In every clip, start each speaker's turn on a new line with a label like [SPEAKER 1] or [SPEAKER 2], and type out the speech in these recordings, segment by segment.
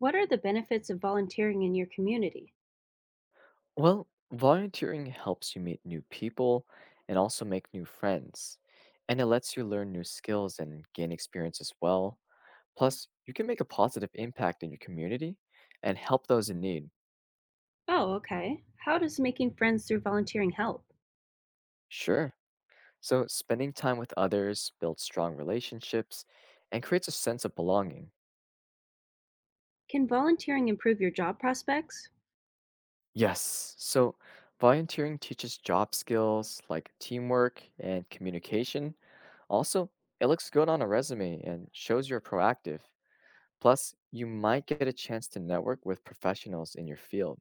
[SPEAKER 1] What are the benefits of volunteering in your community?
[SPEAKER 2] Well, volunteering helps you meet new people and also make new friends. And it lets you learn new skills and gain experience as well. Plus, you can make a positive impact in your community and help those in need.
[SPEAKER 1] Oh, okay. How does making friends through volunteering help?
[SPEAKER 2] Sure. So, spending time with others builds strong relationships and creates a sense of belonging.
[SPEAKER 1] Can volunteering improve your job prospects?
[SPEAKER 2] Yes. So, volunteering teaches job skills like teamwork and communication. Also, it looks good on a resume and shows you're proactive. Plus, you might get a chance to network with professionals in your field.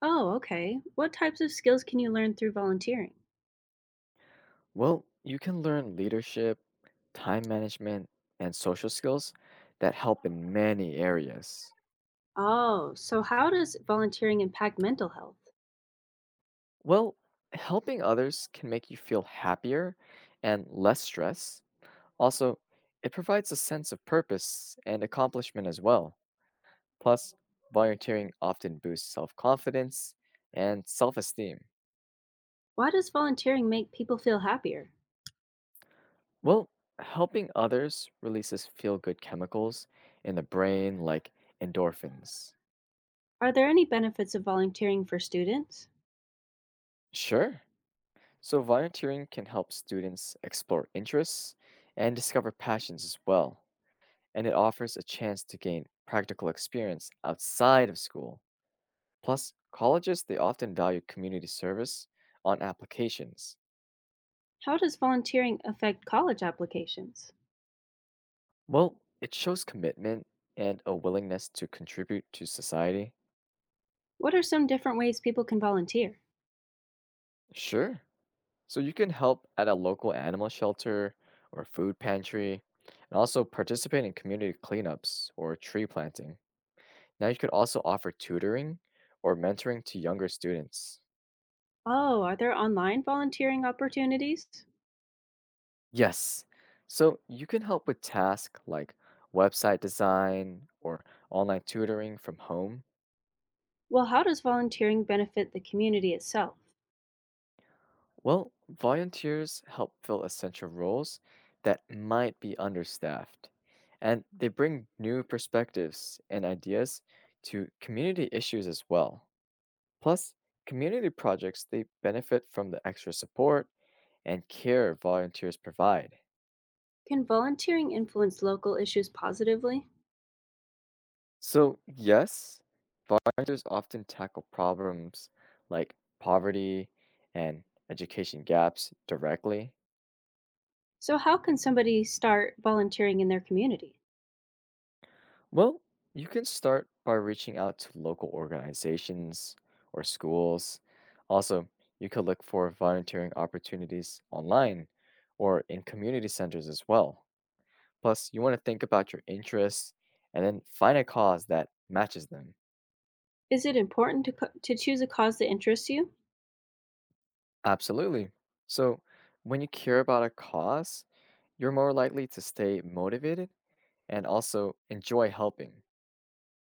[SPEAKER 1] Oh, okay. What types of skills can you learn through volunteering?
[SPEAKER 2] Well, you can learn leadership, time management, and social skills that help in many areas.
[SPEAKER 1] Oh, so how does volunteering impact mental health?
[SPEAKER 2] Well, helping others can make you feel happier and less stress. Also, it provides a sense of purpose and accomplishment as well. Plus, volunteering often boosts self confidence and self esteem.
[SPEAKER 1] Why does volunteering make people feel happier?
[SPEAKER 2] Well, helping others releases feel good chemicals in the brain like endorphins.
[SPEAKER 1] Are there any benefits of volunteering for students?
[SPEAKER 2] Sure. So, volunteering can help students explore interests and discover passions as well. And it offers a chance to gain practical experience outside of school. Plus, colleges, they often value community service on applications.
[SPEAKER 1] How does volunteering affect college applications?
[SPEAKER 2] Well, it shows commitment and a willingness to contribute to society.
[SPEAKER 1] What are some different ways people can volunteer?
[SPEAKER 2] Sure. So you can help at a local animal shelter or food pantry, and also participate in community cleanups or tree planting. Now you could also offer tutoring or mentoring to younger students.
[SPEAKER 1] Oh, are there online volunteering opportunities?
[SPEAKER 2] Yes. So you can help with tasks like website design or online tutoring from home.
[SPEAKER 1] Well, how does volunteering benefit the community itself?
[SPEAKER 2] Well, volunteers help fill essential roles that might be understaffed, and they bring new perspectives and ideas to community issues as well. Plus, community projects they benefit from the extra support and care volunteers provide.
[SPEAKER 1] Can volunteering influence local issues positively?
[SPEAKER 2] So, yes, volunteers often tackle problems like poverty and education gaps directly.
[SPEAKER 1] So, how can somebody start volunteering in their community?
[SPEAKER 2] Well, you can start by reaching out to local organizations or schools. Also, you could look for volunteering opportunities online or in community centers as well. Plus, you want to think about your interests and then find a cause that matches them.
[SPEAKER 1] Is it important to, to choose a cause that interests you?
[SPEAKER 2] Absolutely. So, when you care about a cause, you're more likely to stay motivated and also enjoy helping.